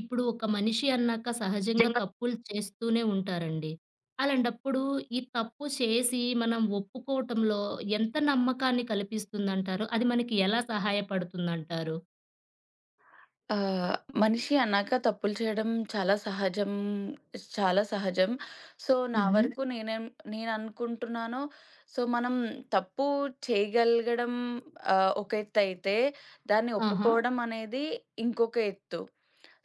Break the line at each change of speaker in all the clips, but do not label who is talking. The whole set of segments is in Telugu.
ఇప్పుడు ఒక మనిషి అన్నాక సహజంగా
ఇంగ
తప్పులు చేస్తూనే ఉంటారండి. అలాంటప్పుడు ఈ తప్పు చేసి మనం ఒప్పుకోవటంలో ఎంత నమ్మకాన్ని కల్పిస్తుందంటారు? అది మనకి ఎలా సహాయపడుతుందంటారు?
ఆహ్, మనిషి అన్నాక తప్పులు చేయడం చాలా సహజం. చాలా సహజం. సో, నా హుహు.
హుహు.
వరకు నేనేం నేననుకుంటున్నానో సో, మనం తప్పు చేయగలగడం ఒక ఎత్తయితే, దాన్ని
ఆహా!
ఒప్పుకోవడం అనేది ఇంకొక ఎత్తు.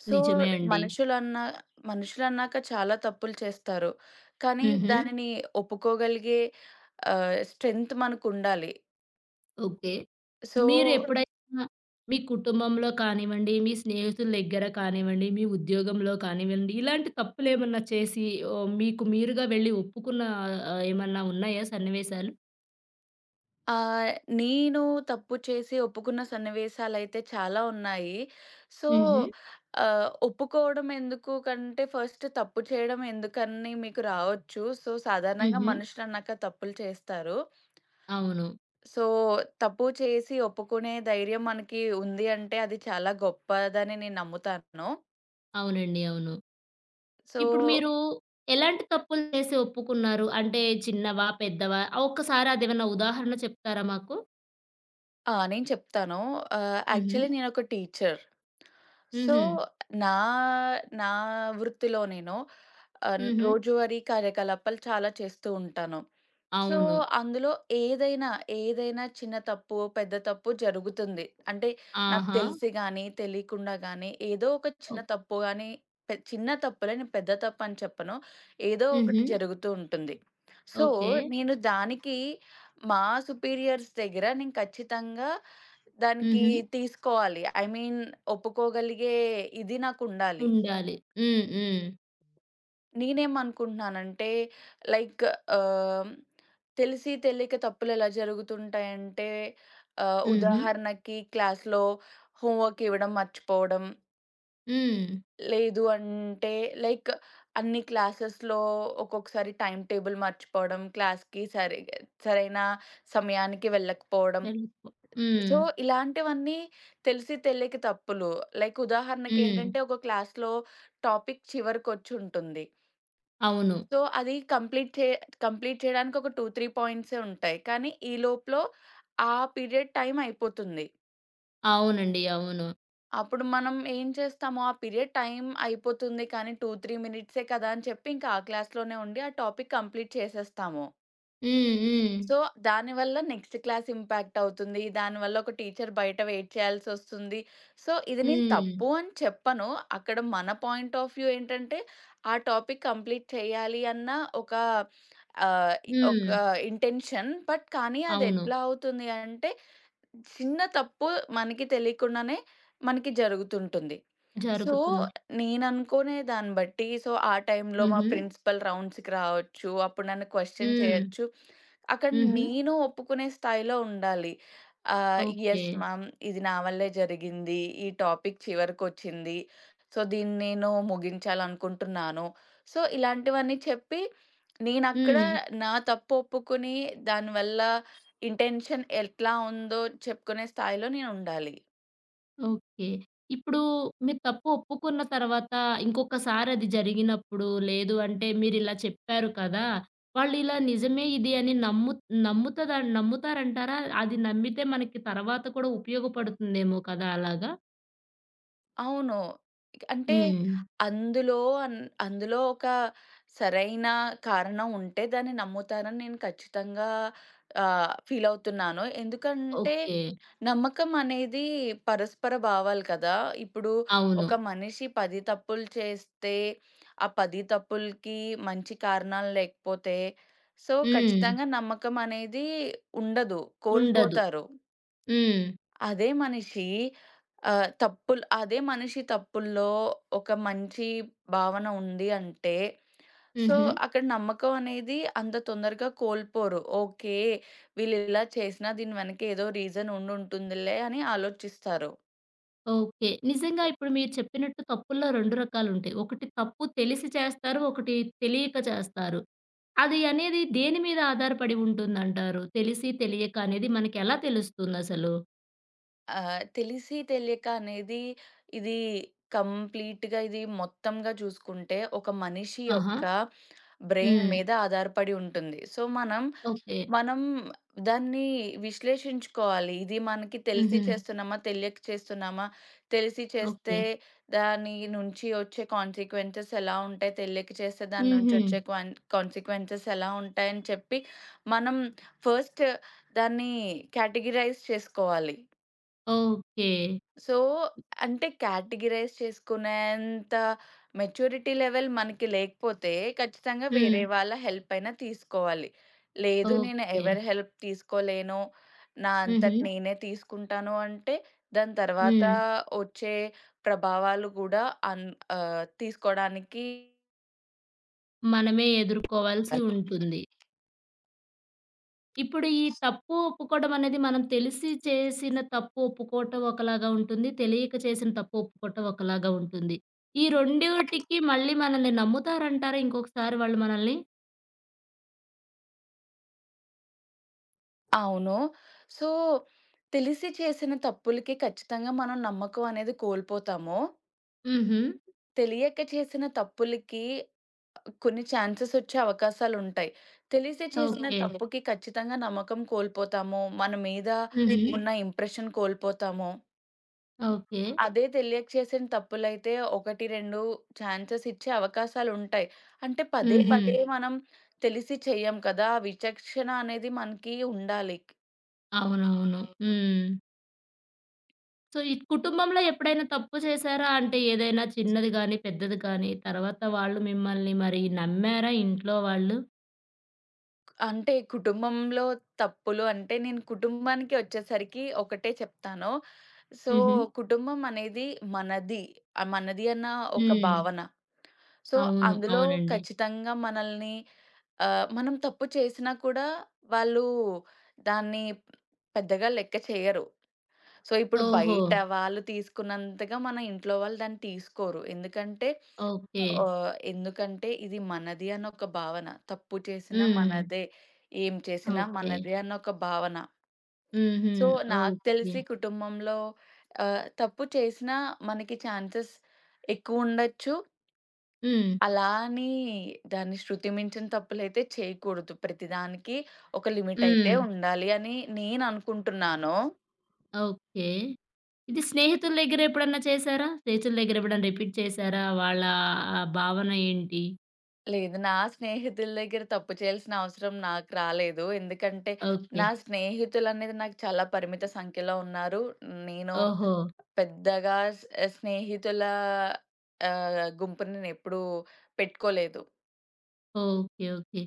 సో,
నిజమే అండి.
మనుషులన్నా మనుషులన్నాక చాలా తప్పులు చేస్తారు. కానీ
హుహు.
దానిని ఒప్పుకోగలిగే స్ట్రెంత్ మనకుండాలి.
ఓకే.
సో
మీరెప్పుడైనా మీ కుటుంబంలో కానివ్వండి, మీ స్నేహితుల దగ్గర కానివ్వండి, మీ ఉద్యోగంలో కానివ్వండి, ఇలాంటి తప్పులేమన్నా చేసి ఓహ్, మీకు మీరుగా వెళ్లి ఒప్పుకున్న ఏమన్నా ఉన్నాయా సన్నివేశాలు?
ఆ! నేను తప్పు చేసి ఒప్పుకున్న సన్నివేశాలైతే చాలా ఉన్నాయి. సో,
హుహు.
ఒప్పుకోవడం ఎందుకు కంటే ఫస్ట్ తప్పు చేయడం ఎందుకని మీకు రావచ్చు. సో, సాధారణంగా
హుహు.
మనుషులన్నాక తప్పులు చేస్తారు.
అవును.
సో, తప్పు చేసి ఒప్పుకునే ధైర్యం మనకి ఉంది అంటే అది చాలా గొప్పదని నేను నమ్ముతాను.
అవునండి. అవును.
సో
ఇప్పుడు మీరు ఎలాంటి తప్పులు చేసి ఒప్పుకున్నారు? అంటే చిన్నవా? పెద్దవా? ఆ ఒక్కసారి అదేమన్నా ఉదాహరణ చెప్తారా మాకు?
ఆ! నేను చెప్తాను.
హుహు.
యాక్చువల్లీ నేనొక టీచర్. సో,
హుహు.
నా నా వృత్తిలో నేను
హుహు.
రోజువారీ కార్యకలాపాలు చాలా చేస్తూ ఉంటాను. సో,
అవును.
అందులో ఏదైనా, ఏదైనా చిన్న తప్పు, పెద్ద తప్పు జరుగుతుంది. అంటే నాకు
ఆహా!
తెలిసి గాని, తెలియకుండా గాని ఏదో ఒక చిన్న
ఓహ్!
తప్పు గాని, చిన్న తప్పులే నేను పెద్ద తప్పు అని చెప్పను. ఏదో ఒకటి
హుహు.
జరుగుతూ ఉంటుంది. So,
okay.
నేను దానికి మా సుపీరియర్స్ దగ్గర నేను ఖచ్చితంగా దానికి
హుహు.
తీసుకోవాలి. ఐ మీన్ ఒప్పుకోగలిగే ఇది నాకుండాలి.
ఉండాలి. హ్మ్. హ్మ్.
నేనేమనుకుంటున్నానంటే లైక్ ఆహ్, తెలిసి తెలియక తప్పులెలా జరుగుతుంటాయంటే
హుహు.
ఉదాహరణకి క్లాస్‌లో హోంవర్క్ ఇవ్వడం మర్చిపోవడం.
హ్మ్.
లేదు అంటే లైక్ అన్ని క్లాసెస్‌లో ఒక్కొక్కసారి టైమ్ టేబుల్ మర్చిపోవడం, క్లాస్‌కి సరి సరైన సమయానికి వెళ్ళకపోవడం.
వెళ్ళిపో హ్మ్.
సో, ఇలాంటివన్నీ తెలిసి తెలియక తప్పులు. లైక్
హ్మ్.
ఉదాహరణకేంటంటే ఒక క్లాస్‌లో టాపిక్ చివరికొచ్చుంటుంది.
అవును.
సో, అది కంప్లీట్ చేయడానికి ఒక 2, 3 పాయింట్సే ఉంటాయి. కానీ, ఈ లోపులో ఆ పీరియడ్ టైమ్ అయిపోతుంది.
అవునండి. అవును.
అప్పుడు మనం ఏం చేస్తాము, ఆ పీరియడ్ టైమ్ అయిపోతుంది కానీ, 2, 3 మినిట్సే కదా అని చెప్పి, ఇంకా ఆ క్లాస్‌లోనే ఉండి ఆ టాపిక్ కంప్లీట్ చేసేస్తాము.
హ్మ్. హ్మ్.
సో, దానివల్ల నెక్స్ట్ క్లాస్ ఇంపాక్ట్ అవుతుంది. దానివల్ల ఒక టీచర్ బయట వెయిట్ చేయాల్సొస్తుంది. సో, ఇది నేను
హ్మ్.
తప్పు అని చెప్పను. అక్కడ మన పాయింట్ ఆఫ్ వ్యూ ఏంటంటే, ఆ టాపిక్ కంప్లీట్ చేయాలి అన్న ఒక ఆహ్, ఒక
హ్మ్.
ఇంటెన్షన్. కానీ అది
అవును.
ఎట్లా అవుతుంది అంటే, చిన్న తప్పు మనకి తెలియకుండానే మనకి జరుగుతుంటుంది. సో,
జరుగుతుంది.
నేననుకునే దాన్ని బట్టి సో, ఆ టైంలో మా
హుహు.
ప్రిన్సిపల్ రౌండ్స్‌కి రావచ్చు. అప్పుడు నన్ను క్వెషన్
హ్మ్.
చేయొచ్చు. అక్కడ
హుహు.
నేను ఒప్పుకునే స్థాయిలో ఉండాలి.
ఓకే.
Yes ma'am. ఇది నా వల్లే జరిగింది. ఈ టాపిక్ చివరికొచ్చింది. సో, దీన్ని నేను ముగించాలనుకుంటున్నాను. సో, ఇలాంటివన్నీ చెప్పి నేనక్కడ
హ్మ్.
నా తప్పు ఒప్పుకుని దానివల్ల ఇంటెన్షన్ ఎట్లా ఉందో చెప్పుకునే స్థాయిలో నేనుండాలి.
ఓకే. ఇప్పుడు మీరు తప్పు ఒప్పుకున్న తర్వాత ఇంకొకసారది జరిగినప్పుడు, లేదు అంటే మీరిలా చెప్పారు కదా! వాళ్ళిలా నిజమే ఇది అని నమ్ముతద నమ్ముతారంటారా? అది నమ్మితే మనకి తర్వాత కూడా ఉపయోగపడుతుందేమో కదా! అలాగా?
అవును. అంటే
హ్మ్.
అందులో అన్ అందులో ఒక సరైన కారణం ఉంటే దాన్ని నమ్ముతానని నేను ఖచ్చితంగా ఫీలవుతున్నాను. ఎందుకంటే
ఓకే.
నమ్మకం అనేది పరస్పర భావాలు కదా! ఇప్పుడు
అవును.
ఒక మనిషి 10 తప్పులు చేస్తే ఆ 10 తప్పులకి మంచి కారణాలు లేకపోతే సో,
హ్మ్.
ఖచ్చితంగా నమ్మకం అనేది ఉండదు.
ఉండదు.
కోల్పోతారు.
హ్మ్.
అదే మనిషి ఆహ్, తప్పులు అదే మనిషి తప్పుల్లో ఒక మంచి భావన ఉంది అంటే, సో,
హుహు.
హ్మ్. అక్కడ నమ్మకం అనేది అంత తొందరగా కోల్పోరు. ఓకే. వీళ్ళిలా చేసినా దీని వెనక ఏదో రీజన్ ఉండుంటుందిలే అని ఆలోచిస్తారు.
ఓకే. నిజంగా ఇప్పుడు మీరు చెప్పినట్టు తప్పుల్లో 2 రకాలుంటాయి. ఒకటి తప్పు తెలిసి చేస్తారు. ఒకటి తెలియక చేస్తారు. అది అనేది దేని మీద ఆధారపడి ఉంటుందంటారు? తెలిసి తెలియక అనేది మనకెలా తెలుస్తుందసలు?
తెలిసి తెలియక అనేది ఇది ఇది మొత్తంగా చూసుకుంటే ఒక మనిషి
ఆహా!
యొక్క బ్రెయిన్
హ్మ్.
మీద ఆధారపడి ఉంటుంది. సో, మనం
ఓకే.
మనం దాన్ని విశ్లేషించుకోవాలి. ఇది మనకి తెలిసి
హుహు.
చేస్తున్నామా? తెలియక చేస్తున్నామా? తెలిసి
ఓకే.
చేస్తే దాని నుంచి వచ్చే కాన్సీక్వెన్సెస్ ఎలా ఉంటాయి? తెలియక చేస్తే దాని నుంచి
హుహు.
వచ్చే కాన్సీక్వెన్సెస్ ఎలా ఉంటాయని చెప్పి, మనం ఫస్ట్ దాన్ని కేటగిరైజ్ చేసుకోవాలి.
ఓకే.
సో, అంటే కేటగరైజ్ చేసుకునేంత మెచ్యూరిటీ లెవెల్ మనకి లేకపోతే, ఖచ్చితంగా
హ్మ్.
వేరే వాళ్ళ హెల్ప్ అయినా తీసుకోవాలి. లేదు నేను
ఓకే.
ఎవరి హెల్ప్ తీసుకోలేను, నా అంతట
హుహు.
నేనే తీసుకుంటాను అంటే, దాని తర్వాత
హ్మ్.
వచ్చే ప్రభావాలు గూడా అన్ తీసుకోడానికి
మనమే ఎదుర్కోవాల్సి ఉంటుంది. ఇప్పుడు ఈ తప్పు ఒప్పుకోవడం అనేది మనం తెలిసి చేసిన తప్పు ఒప్పుకోవటం ఒకలాగా ఉంటుంది. తెలియక చేసిన తప్పు ఒప్పుకోవటం ఒకలాగా ఉంటుంది. ఈ రెండిటికి మళ్ళీ మనల్ని నమ్ముతారంటారా ఇంకొకసారి వాళ్ళు మనల్ని?
అవును. సో, తెలిసి చేసిన తప్పులకి ఖచ్చితంగా మనం నమ్మకం అనేది కోల్పోతాము.
హుహు.
తెలియక చేసిన తప్పులకి కొన్ని ఛాన్సెసొచ్చే అవకాశాలుంటాయి. తెలిసి చేసిన
ఓకే.
తప్పుకి ఖచ్చితంగా నమ్మకం కోల్పోతాము. మన మీద
హుహు.
ఉన్న ఇంప్రెషన్ కోల్పోతాము.
ఓకే.
అదే తెలియక చేసిన తప్పులైతే 1, 2 ఛాన్సెస్ ఇచ్చే అవకాశాలుంటాయి. అంటే పదే మ్మ్.
హుహు.
పదే మనం తెలిసి చెయ్యం కదా! ఆ విచక్షణ అనేది మనకి ఉండాలి.
అవునవును. హ్మ్. సో, ఈ కుటుంబంలో ఎప్పుడైనా తప్పు చేశారా? అంటే ఏదైనా చిన్నది గాని, పెద్దది కానీ తర్వాత వాళ్ళు మిమ్మల్ని మరి నమ్మారా ఇంట్లో వాళ్ళు?
అంటే కుటుంబంలో తప్పులు అంటే నేను కుటుంబానికి వచ్చేసరికి ఒకటే చెప్తాను. సో,
హుహు.
కుటుంబం అనేది మనది. మనది అన్న ఒక
హ్మ్.
భావన. సో,
అవును.
అందులో
అవునండి.
ఖచ్చితంగా మనల్ని మనం తప్పు చేసినా కూడా వాళ్ళు దాన్ని పెద్దగా లెక్క చేయరు. సో, ఇప్పుడు
ఓహో!
బయట వాళ్ళు తీసుకున్నంతగా మన ఇంట్లో వాళ్ళు దాన్ని తీసుకోరు.
ఓకే.
ఎందుకంటే ఇది మనది అన్న ఒక భావన. తప్పు చేసినా
హ్మ్.
మనదే, ఏం చేసినా
ఓకే.
మనదే అన్న ఒక భావన.
హుహు.
సో, నాకు
ఓకే.
తెలిసి కుటుంబంలో తప్పు చేసినా మనకి ఛాన్సెస్ ఎక్కువుండొచ్చు.
హ్మ్.
అలా అని దాన్ని శృతి మించిన తప్పులైతే చేయకూడదు. ప్రతిదానికి ఒక లిమిట్ అయితే
హ్మ్.
ఉండాలి అని నేను అనుకుంటున్నాను.
ఓకే. ఇది స్నేహితుల దగ్గర ఎప్పుడన్నా చేశారా? స్నేహితుల దగ్గర ఎప్పుడన్నా రిపీట్ చేశారా? వాళ్ళ ఆ భావన ఏంటి?
లేదు. నా స్నేహితుల దగ్గర తప్పు చేయాల్సిన అవసరం నాకు రాలేదు. ఎందుకంటే,
ఓకే.
నా స్నేహితులనేది నాకు చాలా పరిమిత సంఖ్యలో ఉన్నారు. నేను
ఓహో!
పెద్దగా స్ స్నేహితుల గుంపుని నేనెప్పుడూ పెట్టుకోలేదు.
ఓకే. ఓకే.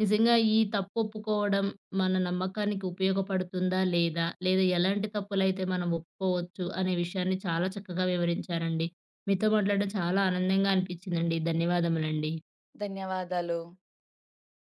నిజంగా ఈ తప్పొప్పుకోవడం మన నమ్మకానికి ఉపయోగపడుతుందా? లేదా? లేదా ఎలాంటి తప్పులైతే మనం ఒప్పుకోవచ్చు అనే విషయాన్ని చాలా చక్కగా వివరించారండి. మీతో మాట్లాడడం చాలా ఆనందంగా అనిపించిందండి. ధన్యవాదములండి.
ధన్యవాదాలు.